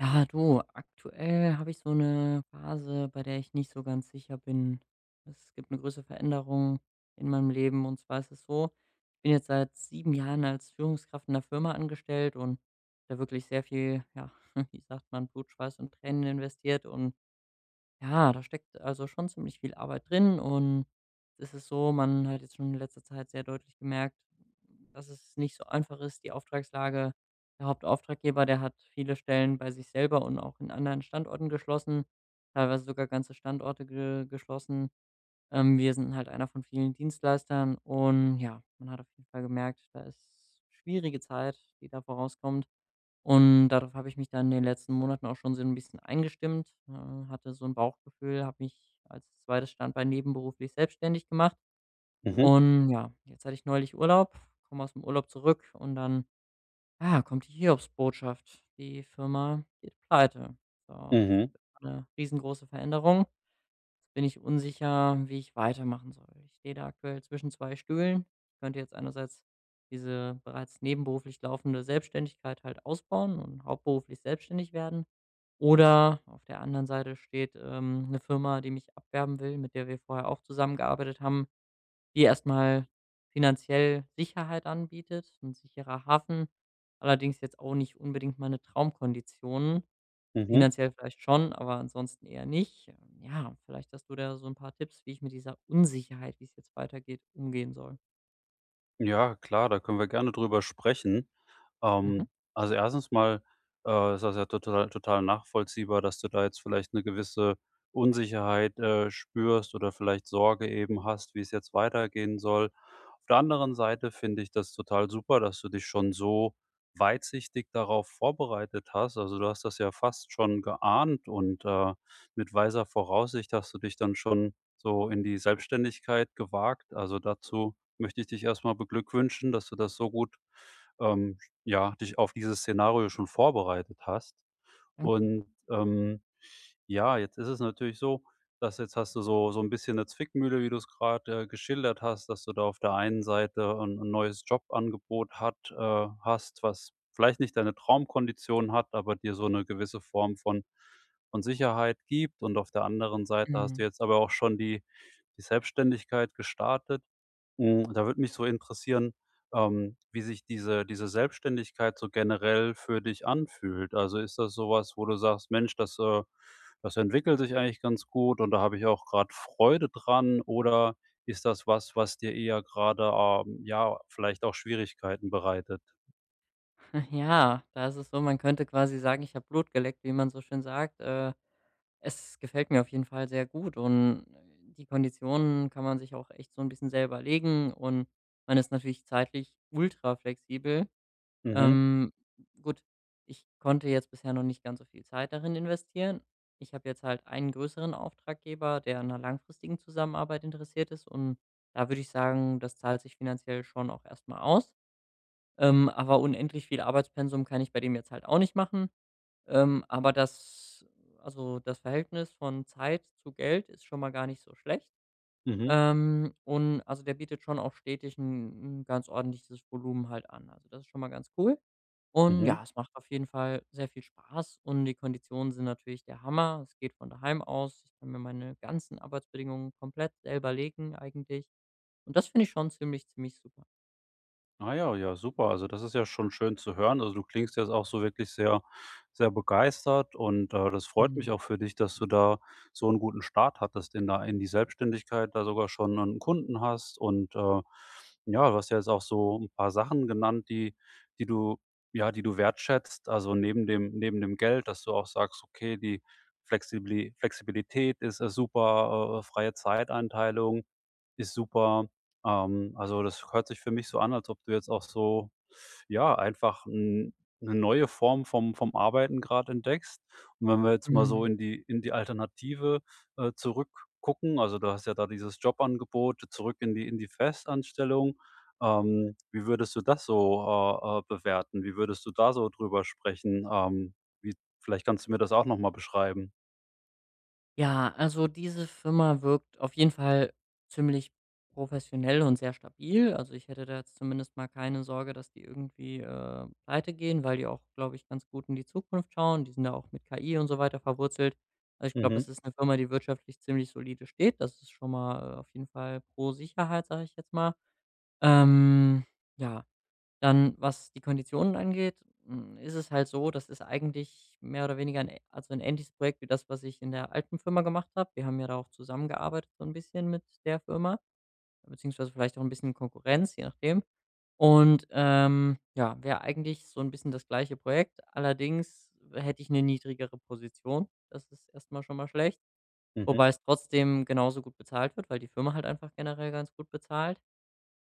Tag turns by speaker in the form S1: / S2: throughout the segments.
S1: Ja, du, aktuell habe ich so eine Phase, bei der ich nicht so ganz sicher bin. Es gibt eine große Veränderung in meinem Leben und zwar ist es so, ich bin jetzt seit 7 Jahren als Führungskraft in der Firma angestellt und da wirklich sehr viel, ja, wie sagt man, Blut, Schweiß und Tränen investiert und ja, da steckt also schon ziemlich viel Arbeit drin und es ist so, man hat jetzt schon in letzter Zeit sehr deutlich gemerkt, dass es nicht so einfach ist, die Auftragslage. Der Hauptauftraggeber, der hat viele Stellen bei sich selber und auch in anderen Standorten geschlossen, teilweise sogar ganze Standorte ge geschlossen. Wir sind halt einer von vielen Dienstleistern und ja, man hat auf jeden Fall gemerkt, da ist schwierige Zeit, die da vorauskommt. Und darauf habe ich mich dann in den letzten Monaten auch schon so ein bisschen eingestimmt, hatte so ein Bauchgefühl, habe mich als 2. Standbein nebenberuflich selbstständig gemacht.
S2: Mhm,
S1: Und ja, jetzt hatte ich neulich Urlaub, komme aus dem Urlaub zurück und dann, ja, kommt die Hiobsbotschaft: Die Firma geht pleite. So, das
S2: mhm,
S1: ist eine riesengroße Veränderung, bin ich unsicher, wie ich weitermachen soll. Ich stehe da aktuell zwischen 2 Stühlen. Ich könnte jetzt einerseits diese bereits nebenberuflich laufende Selbstständigkeit halt ausbauen und hauptberuflich selbstständig werden. Oder auf der anderen Seite steht, 'ne Firma, die mich abwerben will, mit der wir vorher auch zusammengearbeitet haben, die erstmal finanziell Sicherheit anbietet, 'n sicherer Hafen, allerdings jetzt auch nicht unbedingt meine Traumkonditionen.
S2: mhm.
S1: Finanziell vielleicht schon, aber ansonsten eher nicht. Ja, vielleicht hast du da so ein paar Tipps, wie ich mit dieser Unsicherheit, wie es jetzt weitergeht, umgehen soll.
S2: Ja, klar, da können wir gerne drüber sprechen.
S1: Mhm,
S2: Ähm, also, erstens mal, ist das ja total nachvollziehbar, dass du da jetzt vielleicht eine gewisse Unsicherheit, spürst oder vielleicht Sorge eben hast, wie es jetzt weitergehen soll. Auf der anderen Seite finde ich das total super, dass du dich schon so weitsichtig darauf vorbereitet hast. Also, du hast das ja fast schon geahnt und, mit weiser Voraussicht hast du dich dann schon so in die Selbstständigkeit gewagt. Also, dazu möchte ich dich erstmal beglückwünschen, dass du das so gut, ähm, ja, dich auf dieses Szenario schon vorbereitet hast.
S1: danke.
S2: Und, ähm, ja, jetzt ist es natürlich so, dass jetzt hast du so ein bisschen eine Zwickmühle, wie du's grad, geschildert hast, dass du da auf der einen Seite ein 'n neues Jobangebot hat hast, was vielleicht nicht deine Traumkondition hat, aber dir so eine gewisse Form von Sicherheit gibt. Und auf der anderen Seite hast du
S1: Mhm.
S2: jetzt aber auch schon die Selbstständigkeit gestartet. Hm, da würde mich so interessieren wie sich diese Selbstständigkeit so generell für dich anfühlt. Also, ist das so was, wo du sagst: „Mensch, das das entwickelt sich eigentlich ganz gut und da habe ich auch gerade Freude dran“, oder ist das was, was dir eher gerade ja, vielleicht auch Schwierigkeiten bereitet?
S1: Ja, da ist es so, man könnte quasi sagen, ich habe Blut geleckt, wie man so schön sagt. Es gefällt mir auf jeden Fall sehr gut und die Konditionen kann man sich auch echt so ein bisschen selber legen und man ist natürlich zeitlich ultra flexibel.
S2: Mhm,
S1: Ähm, gut, ich konnte jetzt bisher noch nicht ganz so viel Zeit darin investieren. Ich habe jetzt halt einen größeren Auftraggeber, der an 'ner langfristigen Zusammenarbeit interessiert ist und da würde ich sagen, das zahlt sich finanziell schon auch erstmal aus. Aber unendlich viel Arbeitspensum kann ich bei dem jetzt halt auch nicht machen. Aber das Also, das Verhältnis von Zeit zu Geld ist schon mal gar nicht so schlecht.
S2: mhm,
S1: Und also, der bietet schon auch stetig ein 'n ganz ordentliches Volumen halt an. Also, das ist schon mal ganz cool. Und
S2: mhm.
S1: ja, es macht auf jeden Fall sehr viel Spaß und die Konditionen sind natürlich der Hammer. Es geht von daheim aus. Ich kann mir meine ganzen Arbeitsbedingungen komplett selber legen eigentlich. Und das finde ich schon ziemlich, ziemlich super.
S2: Ah ja, ja, super. Also, das ist ja schon schön zu hören. Also, du klingst jetzt auch so wirklich sehr, sehr begeistert und, das freut mich
S1: Mhm.
S2: auch für dich, dass du da so einen guten Start hattest in da in die Selbstständigkeit, da sogar schon 'nen Kunden hast und, ja, du hast ja jetzt auch so ein paar Sachen genannt, die die du ja, die du wertschätzt. Also, neben dem Geld, dass du auch sagst: „Okay, die Flexibilität ist, super, freie Zeiteinteilung.“ ist super. Also, das hört sich für mich so an, als ob du jetzt auch so, ja, einfach 'n 'ne neue Form vom Arbeiten gerade entdeckst. Und wenn wir jetzt mal so
S1: Mhm.
S2: in die Alternative, zurückgucken, also, du hast ja da dieses Jobangebot zurück in die Festanstellung. Wie würdest du das so, bewerten? Wie würdest du da so drüber sprechen? Wie vielleicht kannst du mir das auch noch mal beschreiben.
S1: Ja, also diese Firma wirkt auf jeden Fall ziemlich professionell und sehr stabil. Also ich hätte da jetzt zumindest mal keine Sorge, dass die irgendwie pleite gehen, weil die auch, glaube ich, ganz gut in die Zukunft schauen. Die sind da auch mit KI und so weiter verwurzelt. Also ich glaube, das
S2: Mhm,
S1: ist eine Firma, die wirtschaftlich ziemlich solide steht. Das ist schon mal auf jeden Fall pro Sicherheit, sage ich jetzt mal. Ähm, ja, dann, was die Konditionen angeht, hm, ist es halt so, das ist eigentlich mehr oder weniger ein ähnliches Projekt wie das, was ich in der alten Firma gemacht habe. Wir haben ja da auch zusammengearbeitet so ein bisschen mit der Firma, beziehungsweise vielleicht auch ein bisschen Konkurrenz, je nachdem. Und, ja, wäre eigentlich so ein bisschen das gleiche Projekt. Allerdings hätte ich eine niedrigere Position. Das ist erst mal schon mal schlecht,
S2: mhm.
S1: wobei es trotzdem genauso gut bezahlt wird, weil die Firma halt einfach generell ganz gut bezahlt.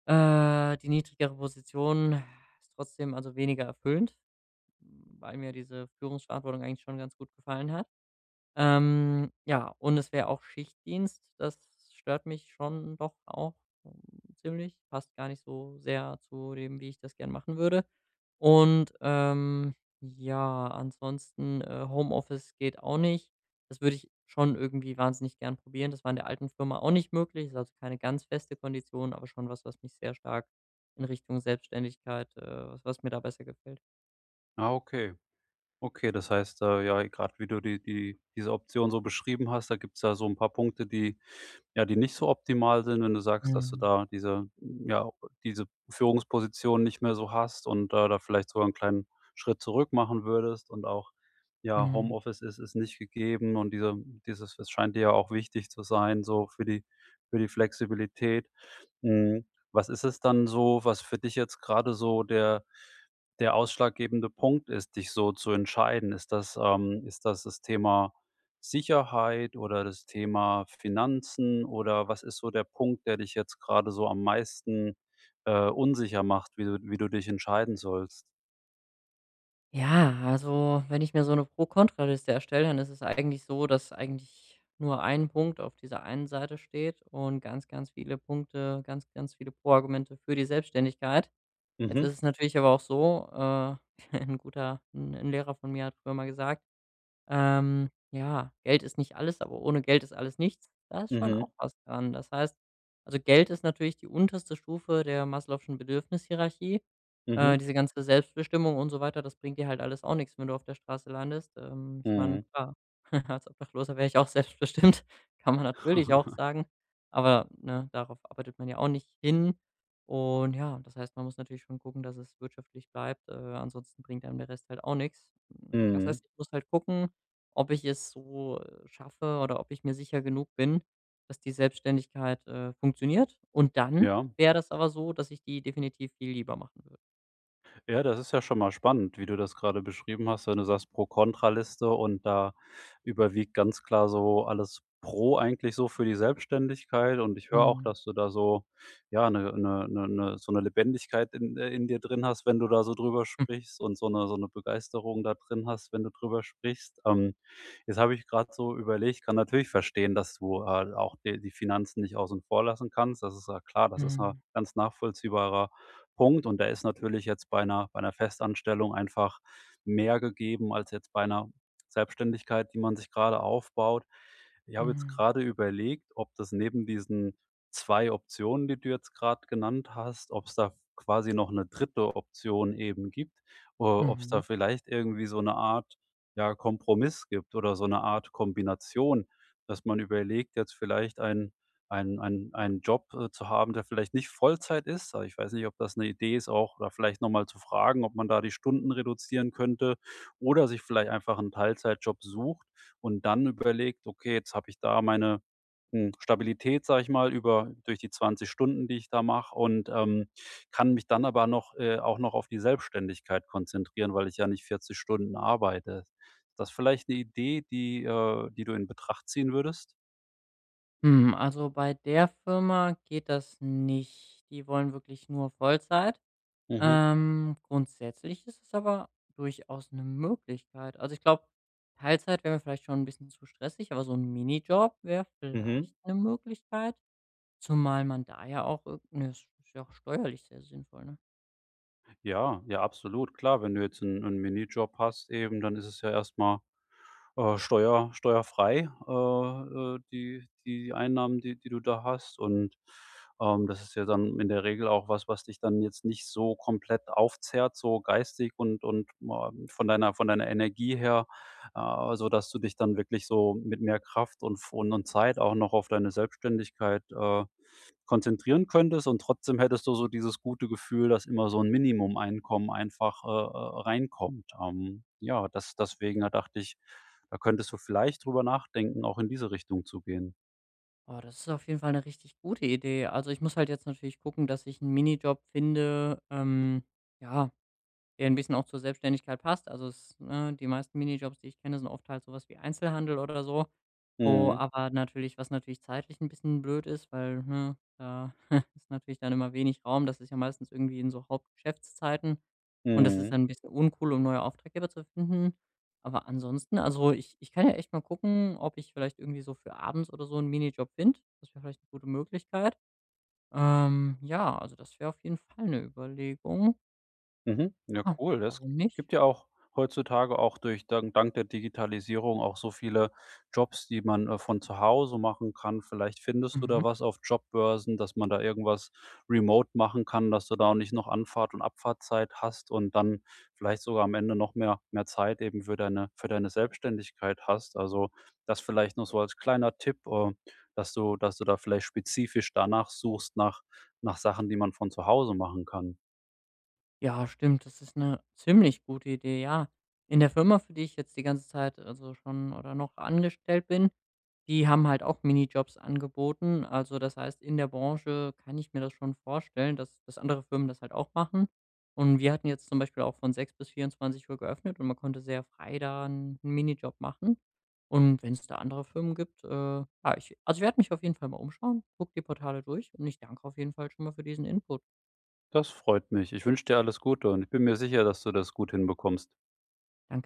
S1: Die niedrigere Position ist trotzdem also weniger erfüllend, weil mir diese Führungsverantwortung eigentlich schon ganz gut gefallen hat. Ja, und es wäre auch Schichtdienst. Das stört mich schon doch auch ähm, ziemlich. Passt gar nicht so sehr zu dem, wie ich das gern machen würde. Und ja, ansonsten Homeoffice geht auch nicht. Das würde ich schon irgendwie wahnsinnig gern probieren. Das war in der alten Firma auch nicht möglich. Ist also keine ganz feste Kondition, aber schon was, was mich sehr stark in Richtung Selbstständigkeit, was, was mir da besser gefällt.
S2: Ah, okay. Okay, das heißt, ja, gerade wie du die diese Option so beschrieben hast, da gibt's ja so ein paar Punkte, die ja, die nicht so optimal sind, wenn du sagst, dass du
S1: Mhm.
S2: da diese Führungsposition nicht mehr so hast und, da vielleicht sogar einen kleinen Schritt zurück machen würdest und auch, ja,
S1: Mhm.
S2: Homeoffice ist nicht gegeben und dieses es scheint dir ja auch wichtig zu sein, so für die Flexibilität. Hm, was ist es dann so, was für dich jetzt gerade so der ausschlaggebende Punkt ist, dich so zu entscheiden? Ist das das Thema Sicherheit oder das Thema Finanzen oder was ist so der Punkt, der dich jetzt gerade so am meisten, unsicher macht, wie du dich entscheiden sollst?
S1: Ja, also wenn ich mir so eine Pro-Kontra-Liste erstelle, dann ist es eigentlich so, dass eigentlich nur ein Punkt auf dieser einen Seite steht und ganz, ganz viele Punkte, ganz, ganz viele Pro-Argumente für die Selbstständigkeit. Jetzt ist
S2: Mhm.
S1: es natürlich aber auch so, 'n guter 'n 'n Lehrer von mir hat früher mal gesagt, ja, Geld ist nicht alles, aber ohne Geld ist alles nichts. Da ist schon
S2: Mhm.
S1: auch was dran. Das heißt also, Geld ist natürlich die unterste Stufe der Maslow'schen Bedürfnishierarchie.
S2: Mhm.
S1: Diese ganze Selbstbestimmung und so weiter, das bringt dir halt alles auch nichts, wenn du auf der Straße landest. Ich meine,
S2: Mhm.
S1: klar, als Obdachloser wäre ich auch selbstbestimmt, kann man natürlich auch sagen, aber, ne, darauf arbeitet man ja auch nicht hin. Und ja, das heißt, man muss natürlich schon gucken, dass es wirtschaftlich bleibt, ansonsten bringt einem der Rest halt auch nichts. Hm, das
S2: Mhm.
S1: heißt, ich muss halt gucken, ob ich es so, schaffe oder ob ich mir sicher genug bin, dass die Selbstständigkeit funktioniert. Und dann
S2: Ja.
S1: wäre das aber so, dass ich die definitiv viel lieber machen würde.
S2: Ja, das ist ja schon mal spannend, wie du das gerade beschrieben hast, wenn du sagst Pro-Kontra-Liste und da überwiegt ganz klar so alles Pro eigentlich so für die Selbstständigkeit und ich höre auch,
S1: Mhm.
S2: dass du da so, ja, 'ne so eine Lebendigkeit in dir drin hast, wenn du da so drüber sprichst und so eine Begeisterung da drin hast, wenn du drüber sprichst. Jetzt habe ich gerade so überlegt, kann natürlich verstehen, dass du, auch die Finanzen nicht außen vor lassen kannst. Das ist ja klar, das ist 'ne
S1: Mhm.
S2: ganz nachvollziehbarer Punkt. Und der ist natürlich jetzt bei einer Festanstellung einfach mehr gegeben als jetzt bei einer Selbstständigkeit, die man sich gerade aufbaut. Ich habe jetzt
S1: Mhm.
S2: gerade überlegt, ob das neben diesen 2 Optionen, die du jetzt gerade genannt hast, ob es da quasi noch eine dritte Option eben gibt, oder ob es da
S1: Mhm.
S2: vielleicht irgendwie so eine Art, ja, Kompromiss gibt oder so eine Art Kombination, dass man überlegt, jetzt vielleicht einen Job, zu haben, der vielleicht nicht Vollzeit ist. Aber ich weiß nicht, ob das eine Idee ist auch oder vielleicht noch mal zu fragen, ob man da die Stunden reduzieren könnte oder sich vielleicht einfach einen Teilzeitjob sucht und dann überlegt: „Okay, jetzt habe ich da meine, hm, Stabilität, sage ich mal, über durch die 20 Stunden, die ich da mache und, kann mich dann aber noch auch noch auf die Selbstständigkeit konzentrieren, weil ich ja nicht 40 Stunden arbeite.“ Ist das vielleicht eine Idee, die du in Betracht ziehen würdest?
S1: Hm, also, bei der Firma geht das nicht. Die wollen wirklich nur Vollzeit.
S2: Mhm,
S1: Grundsätzlich ist es aber durchaus eine Möglichkeit. Also, ich glaube, Teilzeit wäre mir vielleicht schon ein bisschen zu stressig, aber so ein Minijob wäre
S2: mhm.
S1: vielleicht eine Möglichkeit. Zumal man da ja auch irg ne, es ist ja auch steuerlich sehr sinnvoll, ne?
S2: Ja, ja, absolut. Klar, wenn du jetzt einen 'n Minijob hast eben, dann ist es ja erstmal steuerfrei, die Einnahmen, die du da hast. Und, das ist ja dann in der Regel auch was, was dich dann jetzt nicht so komplett aufzehrt, so geistig und von deiner Energie her, so dass du dich dann wirklich so mit mehr Kraft und Zeit auch noch auf deine Selbstständigkeit, konzentrieren könntest. Und trotzdem hättest du so dieses gute Gefühl, dass immer so ein Minimum-Einkommen einfach, reinkommt. Da dachte ich, da könntest du vielleicht drüber nachdenken, auch in diese Richtung zu gehen.
S1: Oh, das ist auf jeden Fall eine richtig gute Idee. Also, ich muss halt jetzt natürlich gucken, dass ich einen Minijob finde, ja, der ein bisschen auch zur Selbstständigkeit passt. Also, es ne, die meisten Minijobs, die ich kenne, sind oft halt sowas wie Einzelhandel oder so. So,
S2: Mhm,
S1: aber natürlich was natürlich zeitlich ein bisschen blöd ist, weil, ne, da ist natürlich dann immer wenig Raum. Das ist ja meistens irgendwie in so Hauptgeschäftszeiten und das ist
S2: mhm.
S1: dann ein bisschen uncool, um neue Auftraggeber zu finden. Aber ansonsten also, ich kann ja echt mal gucken, ob ich vielleicht irgendwie so für abends oder so 'n Minijob finde. Das wäre vielleicht eine gute Möglichkeit. Ja, also, das wäre auf jeden Fall eine Überlegung.
S2: Mhm. Ja,
S1: Ja,
S2: cool. Das
S1: warum nicht?
S2: gibt ja auch heutzutage auch durch dank der Digitalisierung auch so viele Jobs, die man, von zu Hause machen kann. Vielleicht findest du
S1: Mhm.
S2: da was auf Jobbörsen, dass man da irgendwas remote machen kann, dass du da auch nicht noch Anfahrt und Abfahrtzeit hast und dann vielleicht sogar am Ende noch mehr Zeit eben für deine Selbstständigkeit hast. Also, das vielleicht noch so als kleiner Tipp, dass du da vielleicht spezifisch danach suchst, nach Sachen, die man von zu Hause machen kann.
S1: Ja, stimmt. Das ist eine ziemlich gute Idee, ja. In der Firma, für die ich jetzt die ganze Zeit also schon oder noch angestellt bin, die haben halt auch Minijobs angeboten. Also, das heißt, in der Branche kann ich mir das schon vorstellen, dass andere Firmen das halt auch machen. Und wir hatten jetzt zum Beispiel auch von 6 bis 24 Uhr geöffnet und man konnte sehr frei da 'n Minijob machen. Und wenn es da andere Firmen gibt, ja, ich werde mich auf jeden Fall mal umschauen, guck die Portale durch und ich danke auf jeden Fall schon mal für diesen Input.
S2: Das freut mich. Ich wünsche dir alles Gute und ich bin mir sicher, dass du das gut hinbekommst.
S1: Danke.